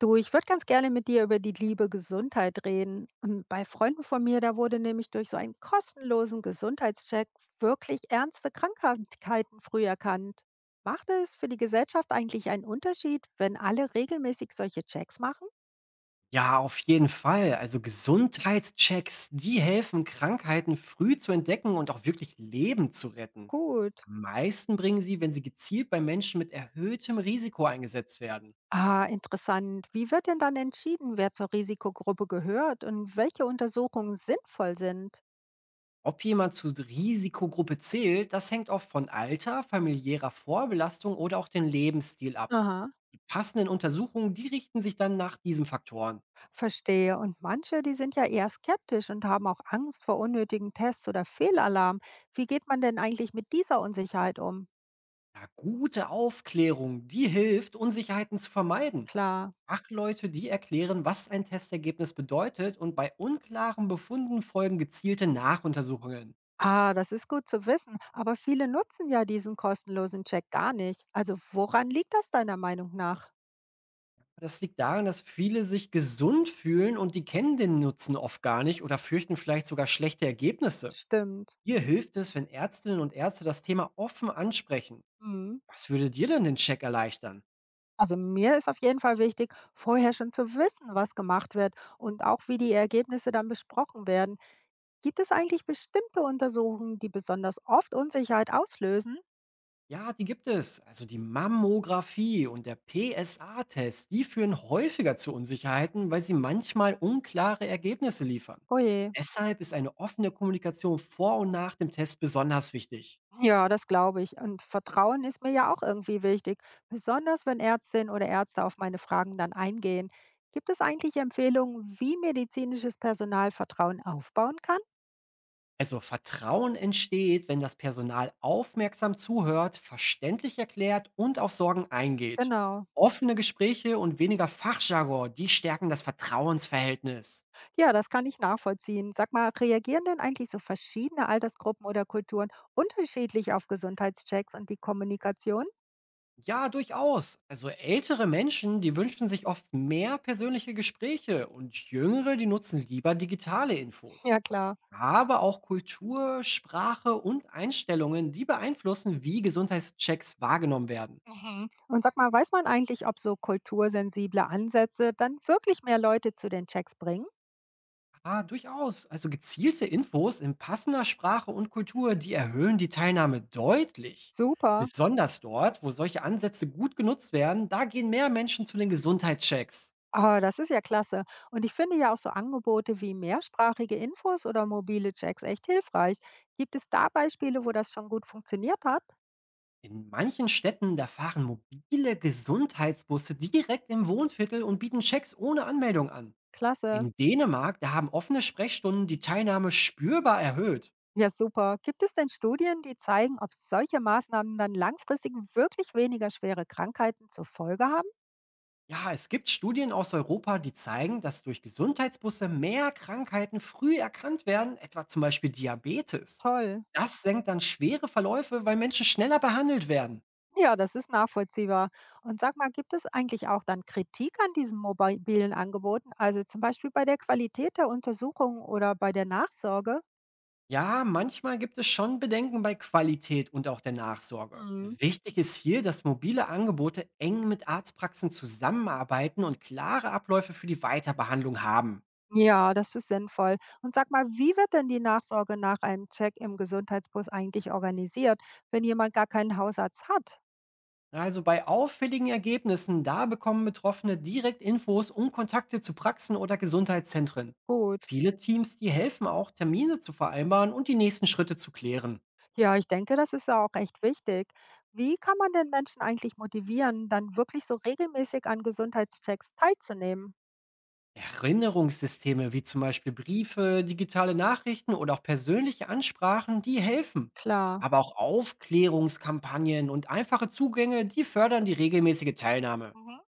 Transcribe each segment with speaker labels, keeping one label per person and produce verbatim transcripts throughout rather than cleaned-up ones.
Speaker 1: Du, ich würde ganz gerne mit dir über die liebe Gesundheit reden. Ähm, Bei Freunden von mir, da wurde nämlich durch so einen kostenlosen Gesundheitscheck wirklich ernste Krankheiten früh erkannt. Macht es für die Gesellschaft eigentlich einen Unterschied, wenn alle regelmäßig solche Checks machen?
Speaker 2: Ja, auf jeden Fall. Also Gesundheitschecks, die helfen, Krankheiten früh zu entdecken und auch wirklich Leben zu retten.
Speaker 1: Gut.
Speaker 2: Am meisten bringen sie, wenn sie gezielt bei Menschen mit erhöhtem Risiko eingesetzt werden.
Speaker 1: Ah, interessant. Wie wird denn dann entschieden, wer zur Risikogruppe gehört und welche Untersuchungen sinnvoll sind?
Speaker 2: Ob jemand zur Risikogruppe zählt, das hängt oft von Alter, familiärer Vorbelastung oder auch dem Lebensstil ab.
Speaker 1: Aha.
Speaker 2: Die passenden Untersuchungen, die richten sich dann nach diesen Faktoren.
Speaker 1: Verstehe. Und manche, die sind ja eher skeptisch und haben auch Angst vor unnötigen Tests oder Fehlalarm. Wie geht man denn eigentlich mit dieser Unsicherheit um?
Speaker 2: Ja, gute Aufklärung, die hilft, Unsicherheiten zu vermeiden.
Speaker 1: Klar.
Speaker 2: Fachleute, die erklären, was ein Testergebnis bedeutet und bei unklaren Befunden folgen gezielte Nachuntersuchungen.
Speaker 1: Ah, das ist gut zu wissen, aber viele nutzen ja diesen kostenlosen Check gar nicht. Also woran liegt das deiner Meinung nach?
Speaker 2: Das liegt daran, dass viele sich gesund fühlen und die kennen den Nutzen oft gar nicht oder fürchten vielleicht sogar schlechte Ergebnisse.
Speaker 1: Stimmt.
Speaker 2: Hier hilft es, wenn Ärztinnen und Ärzte das Thema offen ansprechen.
Speaker 1: Hm.
Speaker 2: Was würde dir denn den Check erleichtern?
Speaker 1: Also mir ist auf jeden Fall wichtig, vorher schon zu wissen, was gemacht wird und auch wie die Ergebnisse dann besprochen werden. Gibt es eigentlich bestimmte Untersuchungen, die besonders oft Unsicherheit auslösen?
Speaker 2: Ja, die gibt es. Also die Mammographie und der P S A-Test, die führen häufiger zu Unsicherheiten, weil sie manchmal unklare Ergebnisse liefern.
Speaker 1: Oje.
Speaker 2: Deshalb ist eine offene Kommunikation vor und nach dem Test besonders wichtig.
Speaker 1: Ja, das glaube ich. Und Vertrauen ist mir ja auch irgendwie wichtig, besonders wenn Ärztinnen oder Ärzte auf meine Fragen dann eingehen. Gibt es eigentlich Empfehlungen, wie medizinisches Personal Vertrauen aufbauen kann?
Speaker 2: Also Vertrauen entsteht, wenn das Personal aufmerksam zuhört, verständlich erklärt und auf Sorgen eingeht.
Speaker 1: Genau.
Speaker 2: Offene Gespräche und weniger Fachjargon, die stärken das Vertrauensverhältnis.
Speaker 1: Ja, das kann ich nachvollziehen. Sag mal, reagieren denn eigentlich so verschiedene Altersgruppen oder Kulturen unterschiedlich auf Gesundheitschecks und die Kommunikation?
Speaker 2: Ja, durchaus. Also ältere Menschen, die wünschen sich oft mehr persönliche Gespräche und jüngere, die nutzen lieber digitale Infos.
Speaker 1: Ja, klar.
Speaker 2: Aber auch Kultur, Sprache und Einstellungen, die beeinflussen, wie Gesundheitschecks wahrgenommen werden.
Speaker 1: Mhm. Und sag mal, weiß man eigentlich, ob so kultursensible Ansätze dann wirklich mehr Leute zu den Checks bringen?
Speaker 2: Ah, durchaus. Also gezielte Infos in passender Sprache und Kultur, die erhöhen die Teilnahme deutlich.
Speaker 1: Super.
Speaker 2: Besonders dort, wo solche Ansätze gut genutzt werden, da gehen mehr Menschen zu den Gesundheitschecks.
Speaker 1: Ah, das ist ja klasse. Und ich finde ja auch so Angebote wie mehrsprachige Infos oder mobile Checks echt hilfreich. Gibt es da Beispiele, wo das schon gut funktioniert hat?
Speaker 2: In manchen Städten, da fahren mobile Gesundheitsbusse direkt im Wohnviertel und bieten Checks ohne Anmeldung an.
Speaker 1: Klasse.
Speaker 2: In Dänemark, da haben offene Sprechstunden die Teilnahme spürbar erhöht.
Speaker 1: Ja, super. Gibt es denn Studien, die zeigen, ob solche Maßnahmen dann langfristig wirklich weniger schwere Krankheiten zur Folge haben?
Speaker 2: Ja, es gibt Studien aus Europa, die zeigen, dass durch Gesundheitsbusse mehr Krankheiten früh erkannt werden, etwa zum Beispiel Diabetes.
Speaker 1: Toll.
Speaker 2: Das senkt dann schwere Verläufe, weil Menschen schneller behandelt werden.
Speaker 1: Ja, das ist nachvollziehbar. Und sag mal, gibt es eigentlich auch dann Kritik an diesen mobilen Angeboten? Also zum Beispiel bei der Qualität der Untersuchungen oder bei der Nachsorge?
Speaker 2: Ja, manchmal gibt es schon Bedenken bei Qualität und auch der Nachsorge.
Speaker 1: Hm.
Speaker 2: Wichtig ist hier, dass mobile Angebote eng mit Arztpraxen zusammenarbeiten und klare Abläufe für die Weiterbehandlung haben.
Speaker 1: Ja, das ist sinnvoll. Und sag mal, wie wird denn die Nachsorge nach einem Check im Gesundheitsbus eigentlich organisiert, wenn jemand gar keinen Hausarzt hat?
Speaker 2: Also bei auffälligen Ergebnissen, da bekommen Betroffene direkt Infos und Kontakte zu Praxen oder Gesundheitszentren.
Speaker 1: Gut.
Speaker 2: Viele Teams, die helfen auch, Termine zu vereinbaren und die nächsten Schritte zu klären.
Speaker 1: Ja, ich denke, das ist ja auch echt wichtig. Wie kann man denn Menschen eigentlich motivieren, dann wirklich so regelmäßig an Gesundheitschecks teilzunehmen?
Speaker 2: Erinnerungssysteme wie zum Beispiel Briefe, digitale Nachrichten oder auch persönliche Ansprachen, die helfen.
Speaker 1: Klar.
Speaker 2: Aber auch Aufklärungskampagnen und einfache Zugänge, die fördern die regelmäßige Teilnahme.
Speaker 1: Mhm.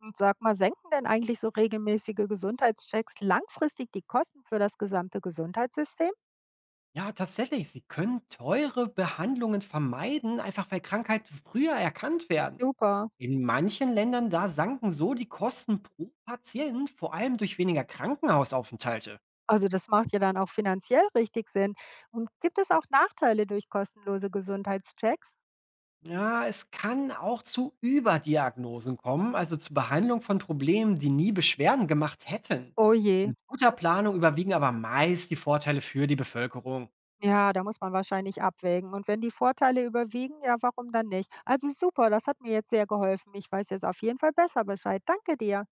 Speaker 1: Und sag mal, senken denn eigentlich so regelmäßige Gesundheitschecks langfristig die Kosten für das gesamte Gesundheitssystem?
Speaker 2: Ja, tatsächlich, sie können teure Behandlungen vermeiden, einfach weil Krankheiten früher erkannt werden.
Speaker 1: Super.
Speaker 2: In manchen Ländern da sanken so die Kosten pro Patient, vor allem durch weniger Krankenhausaufenthalte.
Speaker 1: Also, das macht ja dann auch finanziell richtig Sinn. Und gibt es auch Nachteile durch kostenlose Gesundheitschecks?
Speaker 2: Ja, es kann auch zu Überdiagnosen kommen, also zur Behandlung von Problemen, die nie Beschwerden gemacht hätten.
Speaker 1: Oh je.
Speaker 2: Mit guter Planung überwiegen aber meist die Vorteile für die Bevölkerung.
Speaker 1: Ja, da muss man wahrscheinlich abwägen. Und wenn die Vorteile überwiegen, ja, warum dann nicht? Also super, das hat mir jetzt sehr geholfen. Ich weiß jetzt auf jeden Fall besser Bescheid. Danke dir.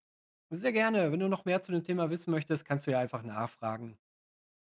Speaker 2: Sehr gerne. Wenn du noch mehr zu dem Thema wissen möchtest, kannst du ja einfach nachfragen.